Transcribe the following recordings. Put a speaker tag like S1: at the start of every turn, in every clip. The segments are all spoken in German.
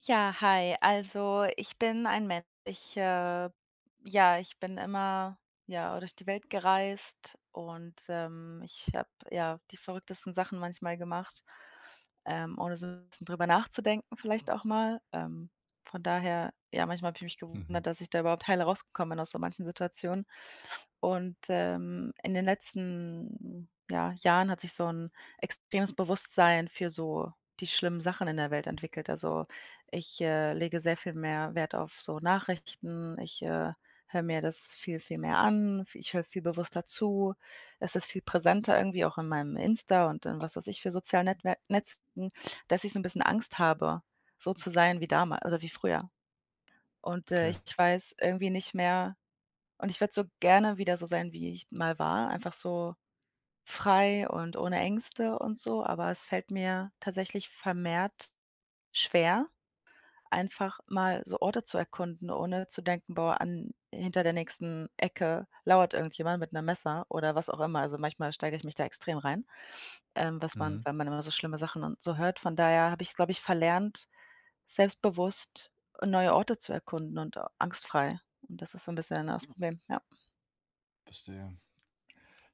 S1: Ja, hi. Also, ich bin ein Mensch. Ja, ich bin immer, ja, durch die Welt gereist und, ich habe, ja, die verrücktesten Sachen manchmal gemacht, ohne so ein bisschen drüber nachzudenken vielleicht auch mal. Von daher, ja, manchmal habe ich mich
S2: Mhm.
S1: gewundert, dass ich da überhaupt heile rausgekommen bin aus so manchen Situationen. Und, in den letzten, ja, Jahren hat sich so ein extremes Bewusstsein für so die schlimmen Sachen in der Welt entwickelt. Also ich, lege sehr viel mehr Wert auf so Nachrichten. Ich, höre mir das viel, viel mehr an. Ich höre viel bewusster zu. Es ist viel präsenter irgendwie auch in meinem Insta und in was weiß ich für sozialen Netwer Netzwerken, dass ich so ein bisschen Angst habe, so zu sein wie damals oder wie früher. Und,
S2: Okay.
S1: ich weiß irgendwie nicht mehr und ich würde so gerne wieder so sein, wie ich mal war, einfach so frei und ohne Ängste und so, aber es fällt mir tatsächlich vermehrt schwer einfach mal so Orte zu erkunden, ohne zu denken: „Boah, an hinter der nächsten Ecke lauert irgendjemand mit 'nem Messer" oder was auch immer. Also, manchmal steige ich mich da extrem rein, was man
S2: Mhm.
S1: weil man immer so schlimme Sachen und so hört. Von daher habe ich's, glaube ich, verlernt, selbstbewusst neue Orte zu erkunden und angstfrei. Und das ist so ein bisschen das Problem, ja.
S2: Verstehe.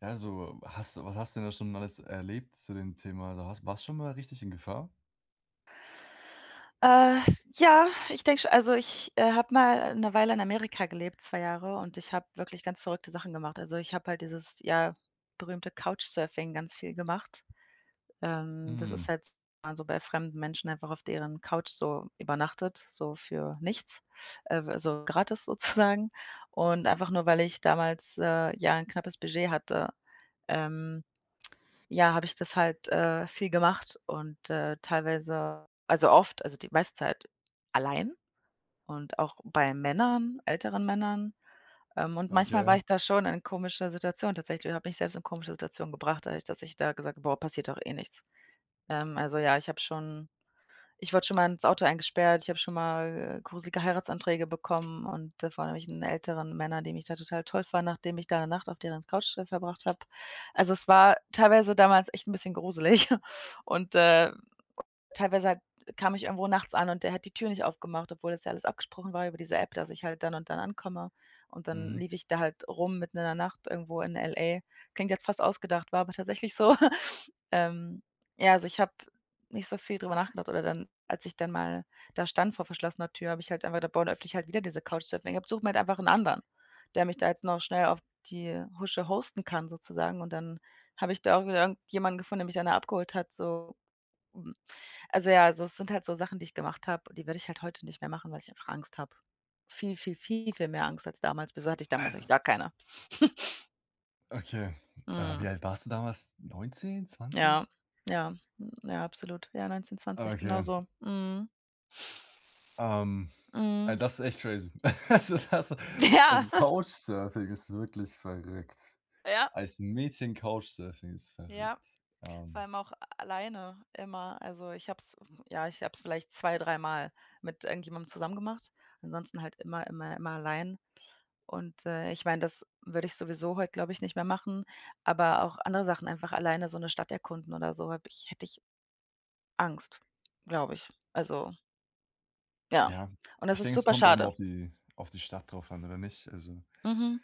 S2: Ja, so hast du was hast du denn da schon alles erlebt zu dem Thema? Also, hast warst du schon mal richtig in Gefahr?
S1: Äh, ja, ich denke schon, also, ich, habe mal eine Weile in Amerika gelebt, 2 Jahre, und ich habe wirklich ganz verrückte Sachen gemacht. Also, ich habe halt dieses, ja, berühmte Couchsurfing ganz viel gemacht. Das ist
S2: Mhm.
S1: halt, also, bei fremden Menschen einfach auf deren Couch so übernachtet, so für nichts, w so gratis sozusagen. Und einfach nur, weil ich damals, ja, ein knappes Budget hatte. Ähm ja, habe ich das halt, viel gemacht und, teilweise, also oft, also die meiste Zeit allein und auch bei Männern, älteren Männern. Und manchmal
S2: Okay.
S1: war ich da schon in komischer Situation tatsächlich, habe ich mich selbst in komische Situationen gebracht, dadurch, dass ich da gesagt habe: „Boah, passiert doch eh nichts." Also ja, ich wurde schon mal ins Auto eingesperrt, ich habe schon mal, gruselige Heiratsanträge bekommen und, vor irgendwelchen älteren Männer, die mich da total toll fanden, nachdem ich da eine Nacht auf deren Couch, verbracht habe. Also, es war teilweise damals echt ein bisschen gruselig und, teilweise halt kam ich irgendwo nachts an und der hat die Tür nicht aufgemacht, obwohl das ja alles abgesprochen war über diese App, dass ich halt dann und dann ankomme. Und dann
S2: Mhm.
S1: lief ich da halt rum mitten in der Nacht irgendwo in LA. Klingt jetzt fast ausgedacht, war aber tatsächlich so. Ähm, ja, also ich habe nicht so viel drüber nachgedacht oder dann, als ich dann mal da stand vor verschlossener Tür, habe ich halt einfach da, boah, dann öffne halt wieder diese Couchsurfing App, suche mir halt einfach einen anderen, der mich da jetzt noch schnell auf die Husche hosten kann sozusagen. Und dann habe ich da auch wieder irgendjemanden gefunden, der mich dann da abgeholt hat, so, also ja, also es sind halt so Sachen, die ich gemacht habe, die würde ich halt heute nicht mehr machen, weil ich einfach Angst habe. Viel, viel, viel, viel mehr Angst als damals. Wieso hatte ich damals eigentlich
S2: Also,
S1: gar keine?
S2: okay.
S1: Mhm.
S2: Wie alt warst du damals? 19,
S1: Ja,
S2: 20?
S1: ja, hm, ja, absolut. Ja, 19, 20, genau
S2: Okay.
S1: so. Mhm,
S2: Ähm,
S1: mhm.
S2: Das ist echt crazy. Also, das
S1: Ja,
S2: also, Couchsurfing ist wirklich verrückt.
S1: ja,
S2: Als Mädchen Couchsurfing ist
S1: ja.
S2: verrückt.
S1: Vor allem auch alleine immer. Also ich habe es Ja, ich habe es vielleicht zwei dreimal mit irgendjemandem zusammen gemacht. Ansonsten halt immer, immer, immer allein. Und, ich meine, das würde ich sowieso heute, glaube ich, nicht mehr machen, aber auch andere Sachen, einfach alleine so eine Stadt erkunden oder so, habe ich hätte ich Angst, glaube ich. Also, ja.
S2: Ja,
S1: Und das
S2: ich
S1: ist
S2: denke, es
S1: super
S2: kommt auch immer
S1: schade.
S2: auf die Stadt drauf an, oder nicht? Also
S1: Mhm.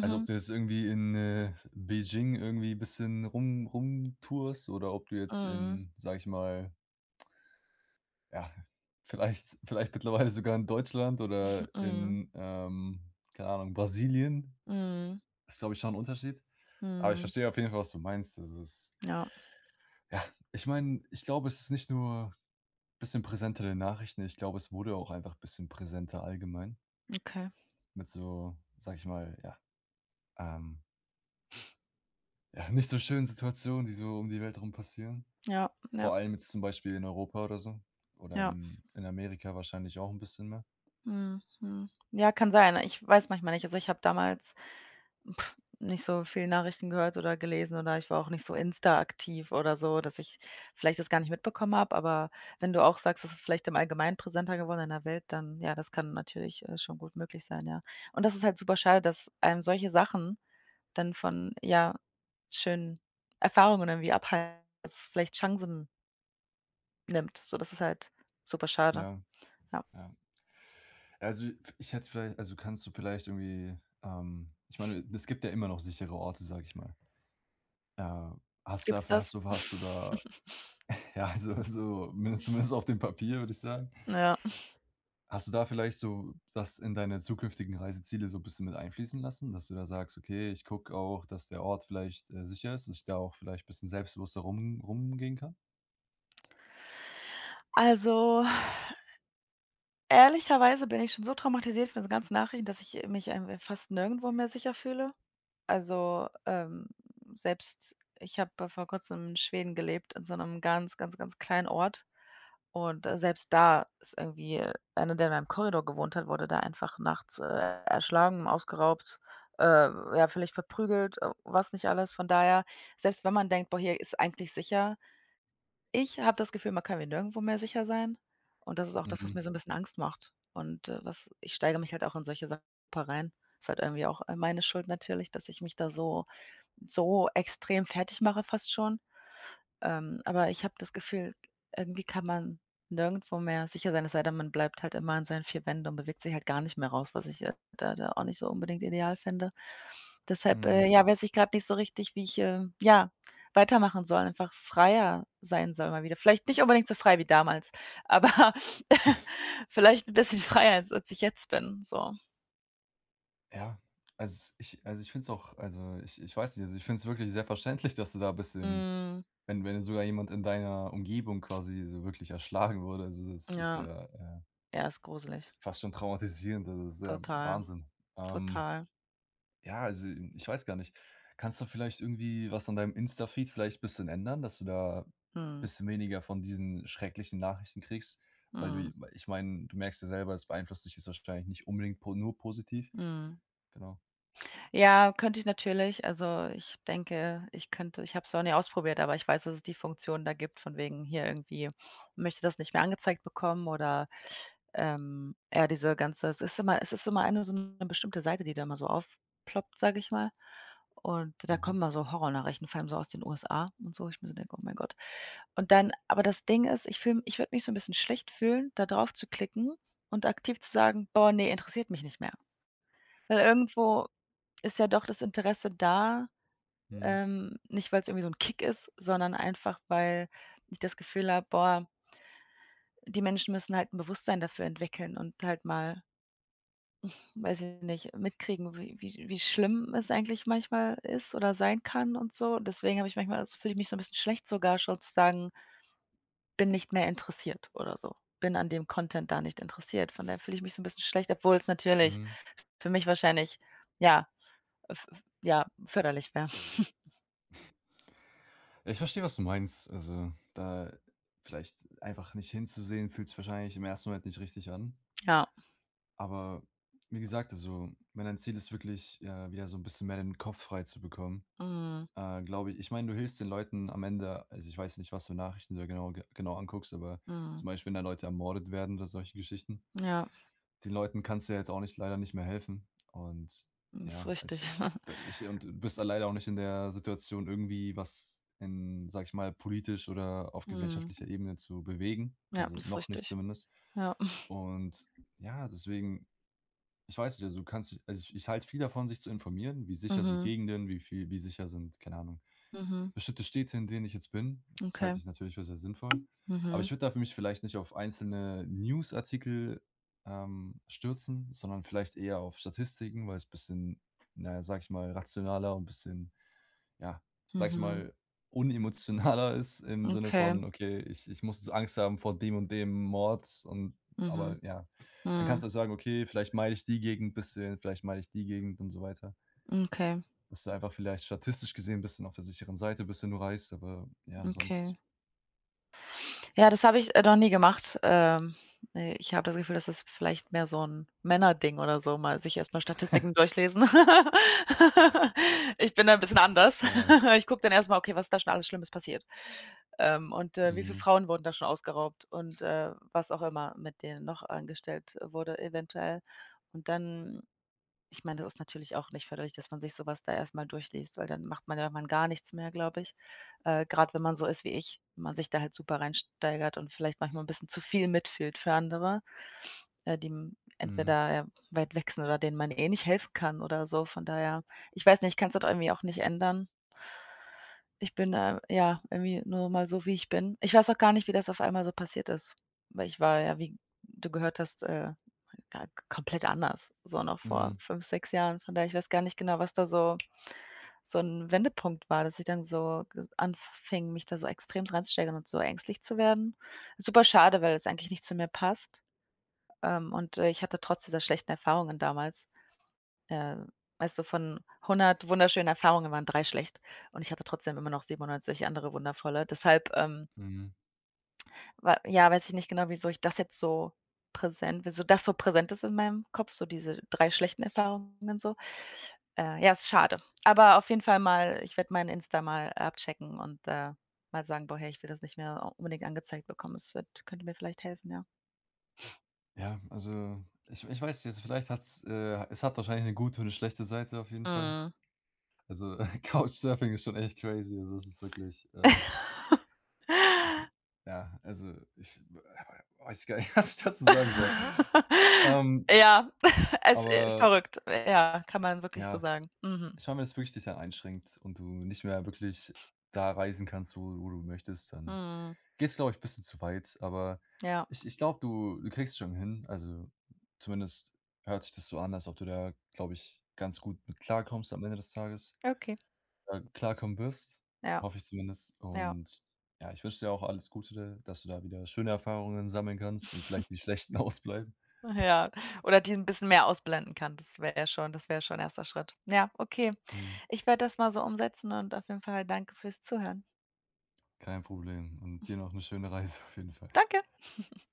S2: Also, ob du jetzt irgendwie in, Beijing irgendwie ein bisschen rumtourst oder ob du jetzt
S1: Mhm.
S2: in, sage ich mal, ja, vielleicht mittlerweile sogar in Deutschland oder
S1: Mhm.
S2: in, keine Ahnung, Brasilien,
S1: Mhm.
S2: ist, glaube ich, schon ein Unterschied. Aber ich
S1: Mhm.
S2: verstehe auf jeden Fall, was du meinst. Also, es
S1: Ja,
S2: ja, ich meine, ich glaube, es ist nicht nur ein bisschen präsenter in den Nachrichten, ich glaube, es wurde auch einfach ein bisschen präsenter allgemein
S1: okay.
S2: mit so, sage ich mal, ja, ähm, ja, nicht so schönen Situationen, die so um die Welt rum passieren.
S1: Ja, ja,
S2: Vor allem jetzt zum Beispiel in Europa oder so oder
S1: ja.
S2: in Amerika wahrscheinlich auch ein bisschen mehr.
S1: Mhm, mhm. Ja, kann sein. Ich weiß manchmal nicht. Also, ich habe damals nicht so viel Nachrichten gehört oder gelesen oder ich war auch nicht so Insta aktiv oder so, dass ich vielleicht das gar nicht mitbekommen habe. Aber wenn du auch sagst, es ist vielleicht im Allgemeinen präsenter geworden in der Welt, dann ja, das kann natürlich, schon gut möglich sein, ja. Und das ist halt super schade, dass einem solche Sachen dann von, ja, schönen Erfahrungen irgendwie abhalten, dass es vielleicht Chancen nimmt. So, das ist halt super schade.
S2: Ja,
S1: Ja.
S2: ja. Also, ich hätte vielleicht also, kannst du vielleicht irgendwie, ich meine, es gibt ja immer noch sichere Orte, sage ich mal. Äh, hast du
S1: Gibt's
S2: dafür
S1: das?
S2: hast du da ja, also so mindest zumindest auf dem Papier, würde ich sagen.
S1: Ja.
S2: Hast du da vielleicht so das in deine zukünftigen Reiseziele so 'n bisschen mit einfließen lassen, dass du da sagst: „Okay, ich gucke auch, dass der Ort vielleicht, sicher ist, dass ich da auch vielleicht ein bisschen selbstbewusster rumgehen kann?"
S1: Also, ehrlicherweise bin ich schon so traumatisiert von den ganzen Nachrichten, dass ich mich ein fast nirgendwo mehr sicher fühle. Also, selbst ich habe vor Kurzem in Schweden gelebt, in so einem ganz, ganz, ganz kleinen Ort. Und, selbst da ist irgendwie einer, der in meinem Korridor gewohnt hat, wurde da einfach nachts, erschlagen, ausgeraubt, äh, ja, vielleicht verprügelt, was nicht alles. Von daher, selbst wenn man denkt: „Boah, hier ist eigentlich sicher." Ich habe das Gefühl, man kann mir nirgendwo mehr sicher sein. Und das ist auch das, was
S2: Mhm,
S1: mir so ein bisschen Angst macht. Und, was ich steige mich halt auch in solche Sachen rein. Ist halt irgendwie auch, meine Schuld natürlich, dass ich mich da so so extrem fertig mache fast schon. Aber ich habe das Gefühl, irgendwie kann man nirgendwo mehr sicher sein, es sei denn, man bleibt halt immer in seinen 4 Wänden und bewegt sich halt gar nicht mehr raus, was ich, da auch nicht so unbedingt ideal finde. Deshalb,
S2: mhm.
S1: ja, weiß ich gerade nicht so richtig, wie ich, ja, weitermachen soll, einfach freier sein soll mal wieder. Vielleicht nicht unbedingt so frei wie damals, aber vielleicht ein bisschen freier, als ich jetzt bin, so.
S2: Ja, also es ich also ich finde es auch, also ich weiß nicht, also ich finde es wirklich sehr verständlich, dass du da ein bisschen
S1: Hm,
S2: wenn sogar jemand in deiner Umgebung quasi so wirklich erschlagen wurde, also das ist
S1: ja,
S2: ja, äh,
S1: ja, ist gruselig.
S2: fast schon traumatisierend, also das ist ja
S1: Total,
S2: Wahnsinn. Ähm,
S1: total.
S2: ja, also ich weiß gar nicht. Kannst du vielleicht irgendwie was an deinem Insta-Feed vielleicht ein bisschen ändern, dass du da ein
S1: Mhm,
S2: bisschen weniger von diesen schrecklichen Nachrichten kriegst? Weil du
S1: mhm,
S2: weil ich meine, du merkst ja selber, es beeinflusst dich jetzt wahrscheinlich nicht unbedingt po nur positiv.
S1: mhm.
S2: Genau.
S1: Ja, könnte ich natürlich. Also, ich denke, ich habe es noch nie ausprobiert, aber ich weiß, dass es die Funktion da gibt von wegen hier irgendwie möchte das nicht mehr angezeigt bekommen oder, ja, diese ganze es ist immer eine, so eine bestimmte Seite, die da immer so aufploppt, sage ich mal. Und da
S2: Mhm,
S1: kommen mal so Horrornachrichten, vor allem so aus den USA und so, ich mir so denke: „Oh mein Gott." Und dann aber das Ding ist, ich würde mich so ein bisschen schlecht fühlen, da drauf zu klicken und aktiv zu sagen: „Boah, nee, interessiert mich nicht mehr." Weil irgendwo ist ja doch das Interesse da,
S2: mhm.
S1: nicht weil es irgendwie so 'n Kick ist, sondern einfach, weil ich das Gefühl habe: „Boah, die Menschen müssen halt 'n Bewusstsein dafür entwickeln und halt mal, weiß ich nicht, mitkriegen, wie schlimm es eigentlich manchmal ist oder sein kann und so." Deswegen habe ich manchmal das fühle ich mich so 'n bisschen schlecht, sogar schon zu sagen: „Bin nicht mehr interessiert" oder so. Bin an dem Content da nicht interessiert. Von daher fühle ich mich so 'n bisschen schlecht, obwohl's natürlich
S2: Mhm.
S1: für mich wahrscheinlich, ja, f f ja, förderlich wäre.
S2: Ich verstehe, was du meinst. Also, da vielleicht einfach nicht hinzusehen, fühlt sich wahrscheinlich im ersten Moment nicht richtig an.
S1: Ja,
S2: Aber wie gesagt, also, wenn dein Ziel ist, wirklich wieder so ein bisschen mehr den Kopf frei zu bekommen,
S1: mhm.
S2: glaube ich, ich meine, du hilfst den Leuten am Ende, also ich weiß nicht, was für Nachrichten du da genau, genau anguckst, aber
S1: Mhm.
S2: zum Beispiel, wenn da Leute ermordet werden oder solche Geschichten.
S1: Ja,
S2: Den Leuten kannst du ja jetzt auch nicht leider nicht mehr helfen. Und
S1: das ist
S2: ja,
S1: richtig.
S2: ich ich da ich und du bist da leider auch nicht in der Situation, irgendwie was in, sage ich mal, politisch oder auf
S1: Mhm.
S2: gesellschaftlicher Ebene zu bewegen,
S1: Ja,
S2: also
S1: das ist
S2: noch nicht
S1: richtig.
S2: zumindest.
S1: Ja.
S2: Und ja, deswegen ich weiß nicht, also, du kannst also, ich ich halte viel davon, sich zu informieren, wie sicher sind
S1: Mhm.
S2: Gegenden, wie sicher sind, keine Ahnung,
S1: Mhm.
S2: bestimmte Städte, in denen ich jetzt bin. Das
S1: Okay.
S2: halte ich natürlich für sehr sinnvoll. Aber
S1: Mhm.
S2: ich würde da für mich vielleicht nicht auf einzelne Newsartikel, stürzen, sondern vielleicht eher auf Statistiken, weil es ein bisschen, na ja, sage ich mal, rationaler und ein bisschen ja, sag ich
S1: Mhm.
S2: mal, unemotionaler ist im Sinne
S1: Okay.
S2: von: „Okay, ich muss jetzt Angst haben vor dem und dem Mord" und
S1: Mhm.
S2: aber ja, dann
S1: Mhm.
S2: kannst du halt sagen: „Okay, vielleicht meide ich die Gegend ein bisschen, vielleicht meide ich die Gegend" und so weiter.
S1: Okay.
S2: Dass du einfach vielleicht statistisch gesehen ein bisschen auf der sicheren Seite bist, wenn du reist, aber ja, sonst.
S1: Okay. Ja, das habe ich, noch nie gemacht. Ne, ich habe das Gefühl, das ist vielleicht mehr so 'n Männerding oder so, mal sich erst mal Statistiken durchlesen. Ich bin da 'n bisschen anders.
S2: äh
S1: Ich gucke dann erst mal: „Okay, was ist da schon alles Schlimmes passiert?" Und, wie viele
S2: mhm,
S1: Frauen wurden da schon ausgeraubt und, was auch immer mit denen noch angestellt wurde eventuell. Und dann, ich meine, das ist natürlich auch nicht förderlich, dass man sich so was da erst mal durchliest, weil dann macht man ja irgendwann gar nichts mehr, glaube ich. Grad wenn man so ist wie ich, wenn man sich da halt super reinsteigert und vielleicht manchmal ein bisschen zu viel mitfühlt für andere, die m
S2: mhm,
S1: entweder, ja, weit weg sind oder denen man eh nicht helfen kann oder so. Von daher, ich weiß nicht, ich kann's halt irgendwie auch nicht ändern. Ich bin da, ja, irgendwie nur mal so, wie ich bin. Ich weiß auch gar nicht, wie das auf einmal so passiert ist, weil ich war ja, wie du gehört hast, ga komplett anders, so noch vor
S2: mhm,
S1: 5, 6 Jahren. Von daher, ich weiß gar nicht genau, was da so so ein Wendepunkt war, dass ich dann so ges anfing, mich da so extremst reinzusteigern und so ängstlich zu werden. Super schade, weil es eigentlich nicht zu mir passt. Und, ich hatte trotz dieser schlechten Erfahrungen damals, äh, weißt du, von 100 wunderschönen Erfahrungen waren 3 schlecht und ich hatte trotzdem immer noch 97 andere wundervolle. Deshalb,
S2: mhm.
S1: wa ja, weiß ich nicht genau, wieso das so präsent ist in meinem Kopf, so diese 3 schlechten Erfahrungen so. Ja, ist schade. Aber auf jeden Fall, mal, ich werde mein Insta mal abchecken und, mal sagen: „Boah, hey, ich will das nicht mehr unbedingt angezeigt bekommen." Es wird Könnte mir vielleicht helfen, ja.
S2: Ja, also, ich weiß jetzt, vielleicht hat's es hat wahrscheinlich eine gute und eine schlechte Seite auf jeden Fall.
S1: Mhm.
S2: Also, Couchsurfing ist schon echt crazy. Also, das ist wirklich. Also, ja, also, ich w weiß ich gar nicht, was ich dazu sagen soll. Ähm,
S1: Ja, es
S2: aber
S1: verrückt. Ja, kann man wirklich so
S2: ja,
S1: sagen. Mhm.
S2: ich meine, wenn es wirklich dich dann einschränkt und du nicht mehr wirklich da reisen kannst, wo du möchtest, dann
S1: Mhm.
S2: geht es, glaube ich, ein bisschen zu weit. Aber
S1: Ja,
S2: ich glaube, du kriegst es schon hin. Also, zumindest hört sich das so an, als ob du da, glaube ich, ganz gut mit klarkommst am Ende des Tages.
S1: okay.
S2: Klarkommen wirst,
S1: Ja,
S2: hoffe ich zumindest.
S1: ja.
S2: Und ja, ich wünsche dir auch alles Gute, dass du da wieder schöne Erfahrungen sammeln kannst und vielleicht die schlechten ausbleiben.
S1: Ja, oder die ein bisschen mehr ausblenden kann. Das wäre schon ein erster Schritt. Ja, okay.
S2: Mhm.
S1: Ich werde das mal so umsetzen und auf jeden Fall danke fürs Zuhören.
S2: Kein Problem. Und dir noch eine schöne Reise auf jeden Fall.
S1: Danke.